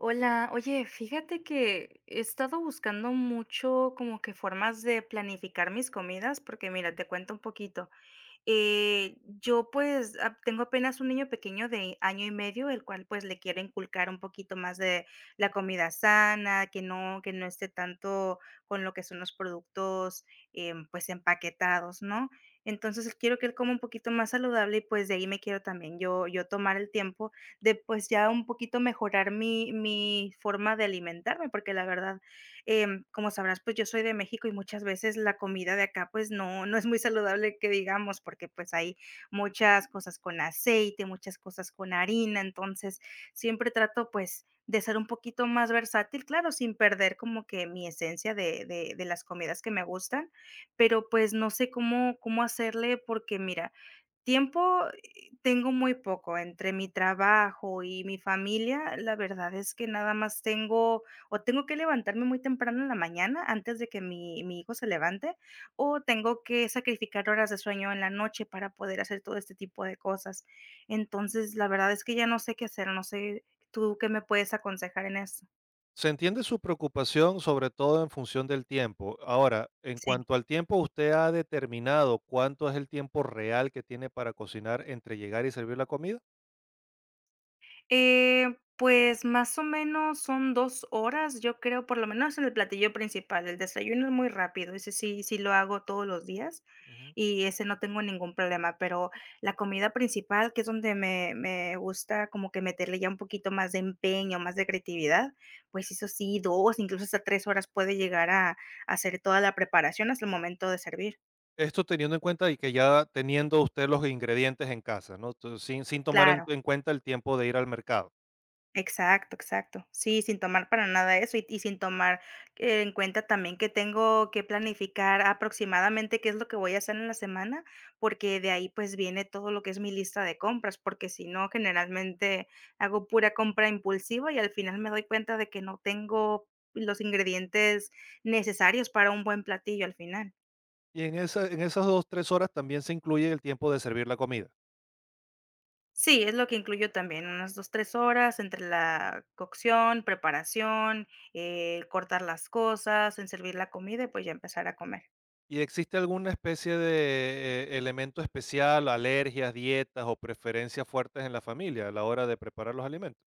Hola, oye, fíjate que he estado buscando mucho como que formas de planificar mis comidas, porque mira, te cuento un poquito. Yo, pues, ap tengo apenas un niño pequeño de año y medio, el cual, pues, le quiero inculcar un poquito más de la comida sana, que no esté tanto con lo que son los productos, pues, empaquetados, ¿no? Entonces, quiero que él coma un poquito más saludable y, pues, de ahí me quiero también yo tomar el tiempo de, pues, ya un poquito mejorar mi forma de alimentarme, porque la verdad. Como sabrás, pues yo soy de México y muchas veces la comida de acá, pues no, no es muy saludable que digamos, porque pues hay muchas cosas con aceite, muchas cosas con harina, entonces siempre trato pues de ser un poquito más versátil, claro, sin perder como que mi esencia de las comidas que me gustan, pero pues no sé cómo hacerle porque mira. Tiempo, tengo muy poco, entre mi trabajo y mi familia, la verdad es que nada más tengo o tengo que levantarme muy temprano en la mañana antes de que mi hijo se levante, o tengo que sacrificar horas de sueño en la noche para poder hacer todo este tipo de cosas. Entonces, la verdad es que ya no sé qué hacer, no sé, ¿tú qué me puedes aconsejar en eso? Se entiende su preocupación, sobre todo en función del tiempo. Ahora, en cuanto al tiempo, ¿usted ha determinado cuánto es el tiempo real que tiene para cocinar entre llegar y servir la comida? Pues más o menos son 2 horas, yo creo, por lo menos en el platillo principal. El desayuno es muy rápido, ese sí sí lo hago todos los días Ujú. y ese no tengo ningún problema, pero la comida principal, que es donde me gusta como que meterle ya un poquito más de empeño, más de creatividad, pues eso sí, 2, incluso hasta 3 horas puede llegar a hacer toda la preparación hasta el momento de servir. Esto teniendo en cuenta y que ya teniendo usted los ingredientes en casa, ¿no? Sin, Claro. en cuenta el tiempo de ir al mercado. Exacto, exacto. Sí, sin tomar para nada eso y sin tomar en cuenta también que tengo que planificar aproximadamente qué es lo que voy a hacer en la semana, porque de ahí, pues, viene todo lo que es mi lista de compras, porque si no, generalmente hago pura compra impulsiva y al final me doy cuenta de que no tengo los ingredientes necesarios para un buen platillo al final. Y en esas dos, tres horas también se incluye el tiempo de servir la comida. Sí, es lo que incluyo también, unas 2 3 horas entre la cocción, preparación, cortar las cosas, en servir la comida y, pues, ya empezar a comer. ¿Y existe alguna especie de elemento especial, alergias, dietas o preferencias fuertes en la familia a la hora de preparar los alimentos?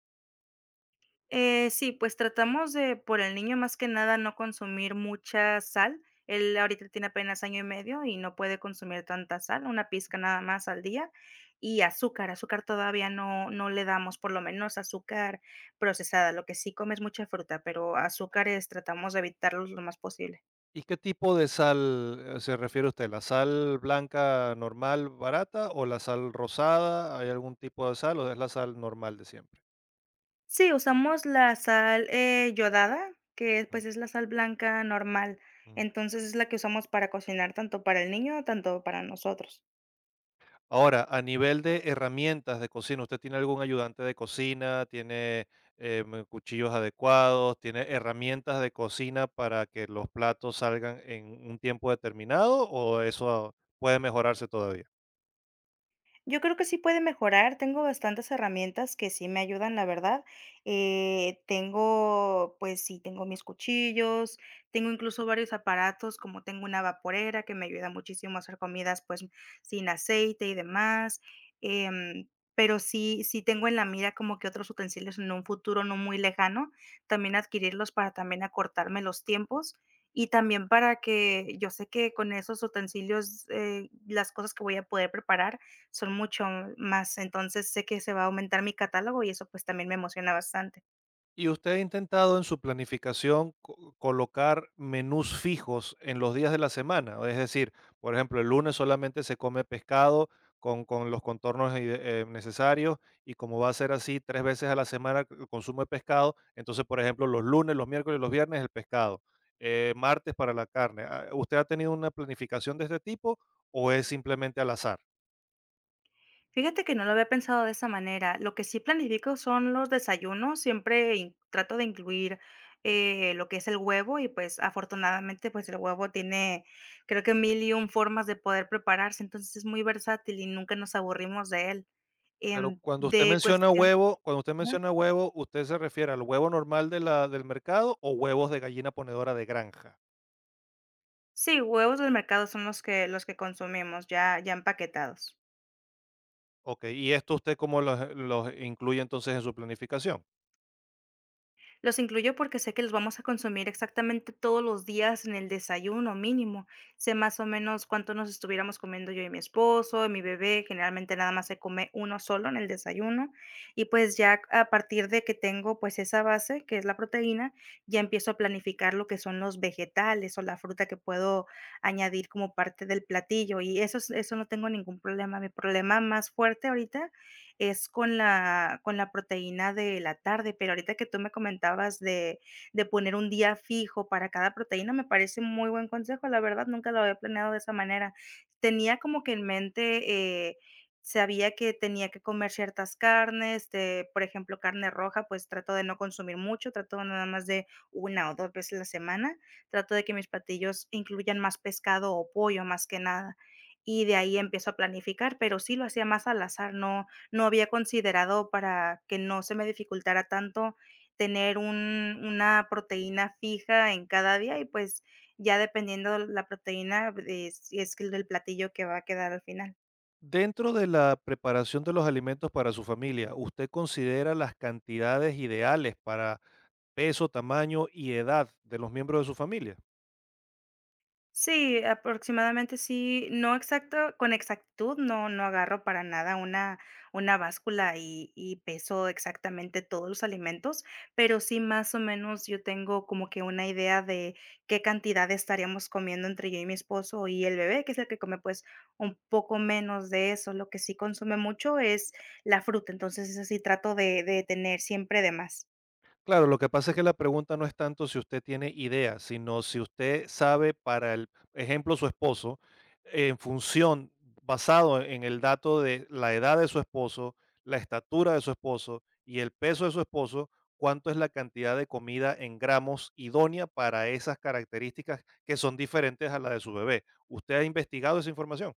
Sí, pues, tratamos de, por el niño, más que nada, no consumir mucha sal. Él ahorita tiene apenas año y medio y no puede consumir tanta sal, una pizca nada más al día, y azúcar, azúcar todavía no le damos, por lo menos azúcar procesada, lo que sí come es mucha fruta, pero azúcares tratamos de evitarlos lo más posible. ¿Y qué tipo de sal, se refiere usted? ¿La sal blanca normal, barata o la sal rosada? ¿Hay algún tipo de sal o es la sal normal de siempre? Sí, usamos la sal, yodada, que, Mm, pues, es la sal blanca normal. mm. Entonces, es la que usamos para cocinar, tanto para el niño, tanto para nosotros. Ahora, a nivel de herramientas de cocina, ¿usted tiene algún ayudante de cocina? ¿Tiene cuchillos adecuados? ¿Tiene herramientas de cocina para que los platos salgan en un tiempo determinado o eso puede mejorarse todavía? Yo creo que sí puede mejorar, tengo bastantes herramientas que sí me ayudan, la verdad. Tengo, pues sí, tengo mis cuchillos, tengo incluso varios aparatos, como tengo una vaporera que me ayuda muchísimo a hacer comidas pues sin aceite y demás. em, pero sí, sí tengo en la mira como que otros utensilios en un futuro no muy lejano, también adquirirlos para también acortarme los tiempos. Y también para que yo sé que con esos utensilios, las cosas que voy a poder preparar son mucho más, entonces sé que se va a aumentar mi catálogo y eso, pues, también me emociona bastante. ¿Y usted ha intentado en su planificación colocar menús fijos en los días de la semana? Es decir, por ejemplo, el lunes solamente se come pescado con los contornos necesarios, y como va a ser así tres veces a la semana el consumo de pescado, entonces, por ejemplo, los lunes, los miércoles, los viernes el pescado, martes para la carne. Ah, ¿usted ha tenido una planificación de este tipo o es simplemente al azar? Fíjate que no lo había pensado de esa manera. Lo que sí planifico son los desayunos, siempre in trato de incluir, lo que es el huevo y, pues, afortunadamente, pues, el huevo tiene, creo que mil y un formas de poder prepararse, entonces es muy versátil y nunca nos aburrimos de él. Pero cuando usted De menciona cuestión. huevo, cuando usted Ajá. menciona huevo, ¿usted se refiere al huevo normal de la del mercado o huevos de gallina ponedora de granja? Sí, huevos del mercado son los que consumimos ya empaquetados. ¿Ok? ¿Y esto usted cómo los incluye entonces en su planificación? Los incluyo porque sé que los vamos a consumir exactamente todos los días en el desayuno mínimo. Sé más o menos cuánto nos estuviéramos comiendo yo y mi esposo, y mi bebé. Generalmente nada más se come uno solo en el desayuno. Y pues ya a partir de que tengo pues esa base, que es la proteína, ya empiezo a planificar lo que son los vegetales o la fruta que puedo añadir como parte del platillo. Y eso, es- eso no tengo ningún problema. Mi problema más fuerte ahorita es con la proteína de la tarde, pero ahorita que tú me comentabas de poner un día fijo para cada proteína, me parece un muy buen consejo, la verdad, nunca lo había planeado de esa manera. Tenía como que en mente, sabía que tenía que comer ciertas carnes, de, por ejemplo, carne roja, pues trato de no consumir mucho, trato nada más de una o 2 veces a la semana, trato de que mis platillos incluyan más pescado o pollo, más que nada, y de ahí empiezo a planificar, pero sí lo hacía más al azar, no había considerado para que no se me dificultara tanto tener un una proteína fija en cada día y, pues, ya dependiendo la proteína, si es el platillo que va a quedar al final. Dentro de la preparación de los alimentos para su familia, ¿usted considera las cantidades ideales para peso, tamaño y edad de los miembros de su familia? Sí, aproximadamente sí, no exacto, con exactitud no agarro para nada una báscula y peso exactamente todos los alimentos, pero sí más o menos yo tengo como que una idea de qué cantidad estaríamos comiendo entre yo y mi esposo y el bebé, que es el que come, pues, un poco menos de eso. Lo que sí consume mucho es la fruta, entonces esa sí trato de tener siempre de más. Claro, lo que pasa es que la pregunta no es tanto si usted tiene idea, sino si usted sabe para el ejemplo, su esposo, en función, basado en el dato de la edad de su esposo, la estatura de su esposo y el peso de su esposo, cuánto es la cantidad de comida en gramos idónea para esas características que son diferentes a la de su bebé. ¿Usted ha investigado esa información?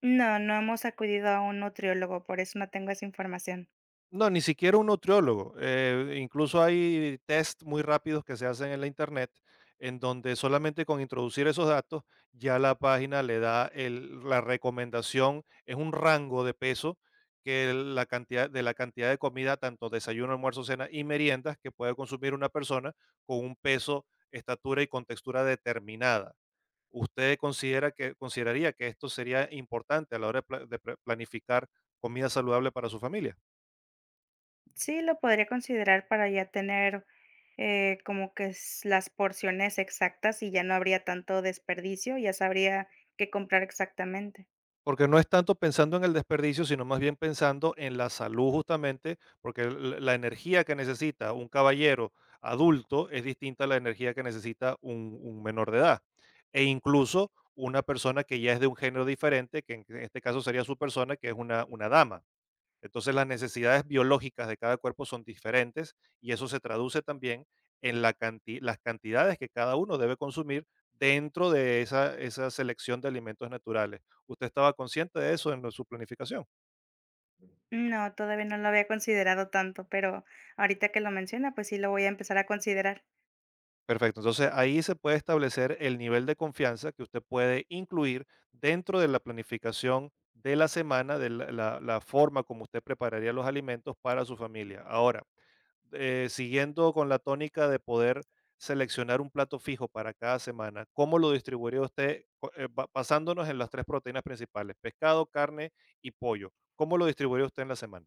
No, no hemos acudido a un nutriólogo, por eso no tengo esa información. No, ni siquiera un nutriólogo. Incluso hay test muy rápidos que se hacen en la internet, en donde solamente con introducir esos datos ya la página le da la recomendación, es un rango de peso que la cantidad de comida, tanto desayuno, almuerzo, cena y meriendas que puede consumir una persona con un peso, estatura y contextura determinada. ¿Usted considera que, consideraría que esto sería importante a la hora de planificar comida saludable para su familia? Sí, lo podría considerar para ya tener, como que s las porciones exactas y ya no habría tanto desperdicio, ya sabría qué comprar exactamente. Porque no es tanto pensando en el desperdicio, sino más bien pensando en la salud justamente, porque la energía que necesita un caballero adulto es distinta a la energía que necesita un menor de edad. E incluso una persona que ya es de un género diferente, que en este caso sería su persona, que es una dama. Entonces las necesidades biológicas de cada cuerpo son diferentes y eso se traduce también en las cantidades que cada uno debe consumir dentro de esa, esa selección de alimentos naturales. ¿Usted estaba consciente de eso en su planificación? No, todavía no lo había considerado tanto, pero ahorita que lo menciona, pues sí lo voy a empezar a considerar. Perfecto. Entonces ahí se puede establecer el nivel de confianza que usted puede incluir dentro de la planificación de la semana, de la forma como usted prepararía los alimentos para su familia. Ahora, siguiendo con la tónica de poder seleccionar un plato fijo para cada semana, ¿cómo lo distribuiría usted basándonos en las tres proteínas principales, pescado, carne y pollo? ¿Cómo lo distribuiría usted en la semana?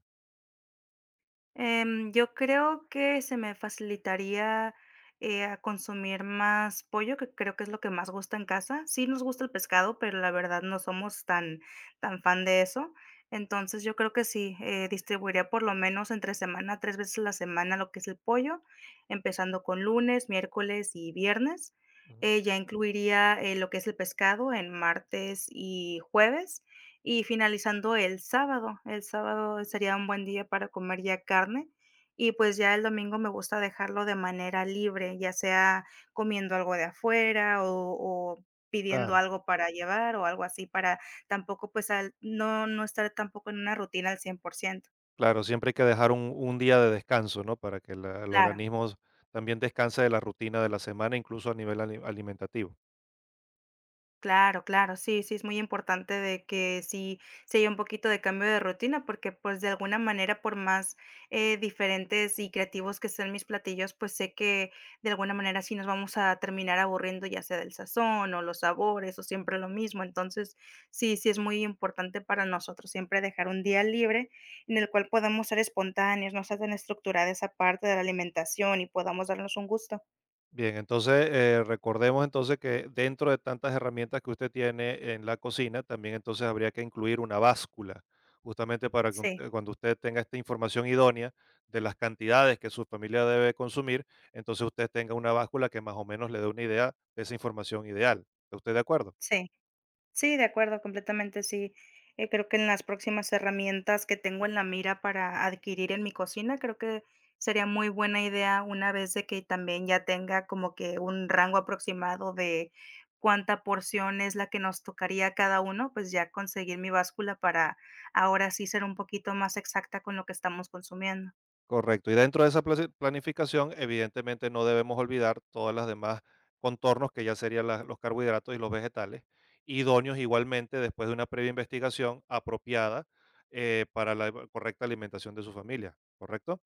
Yo creo que se me facilitaría, a consumir más pollo, que creo que es lo que más gusta en casa. Sí nos gusta el pescado, pero la verdad no somos tan tan fan de eso. Entonces, yo creo que sí, distribuiría por lo menos entre semana, 3 veces a la semana lo que es el pollo, empezando con lunes, miércoles y viernes. Ujú. Ya incluiría, lo que es el pescado en martes y jueves, y finalizando el sábado sería un buen día para comer ya carne y, pues, ya el domingo me gusta dejarlo de manera libre, ya sea comiendo algo de afuera o pidiendo Claro. algo para llevar o algo así para tampoco, pues, al no estar tampoco en una rutina al 100%. Claro, siempre hay que dejar un día de descanso, ¿no? Para que el Claro. organismo también descanse de la rutina de la semana, incluso a nivel alimentativo. Claro, claro, sí, sí, es muy importante de que sí se haya un poquito de cambio de rutina, porque pues de alguna manera, por más diferentes y creativos que sean mis platillos, pues sé que de alguna manera sí nos vamos a terminar aburriendo, ya sea del sazón o los sabores o siempre lo mismo. Entonces, sí, sí es muy importante para nosotros siempre dejar un día libre en el cual podamos ser espontáneos, no sea tan estructurada esa parte de la alimentación y podamos darnos un gusto. Bien, entonces recordemos entonces que dentro de tantas herramientas que usted tiene en la cocina, también entonces habría que incluir una báscula, justamente para que Sí, cuando usted tenga esta información idónea de las cantidades que su familia debe consumir, entonces usted tenga una báscula que más o menos le dé una idea de esa información ideal. ¿Está usted de acuerdo? sí. Sí, de acuerdo, completamente sí. Creo que en las próximas herramientas que tengo en la mira para adquirir en mi cocina, creo que sería muy buena idea una vez de que también ya tenga como que un rango aproximado de cuánta porción es la que nos tocaría a cada uno, pues ya conseguir mi báscula para ahora sí ser un poquito más exacta con lo que estamos consumiendo. Correcto. Y dentro de esa planificación, evidentemente no debemos olvidar todas las demás contornos que ya serían los carbohidratos y los vegetales, idóneos igualmente después de una previa investigación apropiada, para la correcta alimentación de su familia, ¿correcto?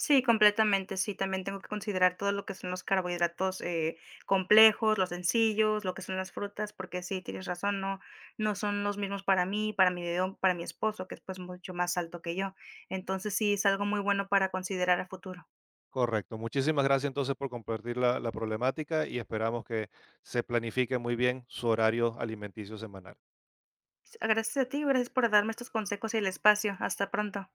Sí, completamente. Sí, también tengo que considerar todo lo que son los carbohidratos, complejos, los sencillos, lo que son las frutas, porque sí, tienes razón, no son los mismos para mí, para mi dedo para mi esposo, que es, pues, mucho más alto que yo. Entonces, sí, es algo muy bueno para considerar a futuro. Correcto. Muchísimas gracias entonces por compartir la problemática y esperamos que se planifique muy bien su horario alimenticio semanal. Gracias a ti, gracias por darme estos consejos y el espacio. Hasta pronto.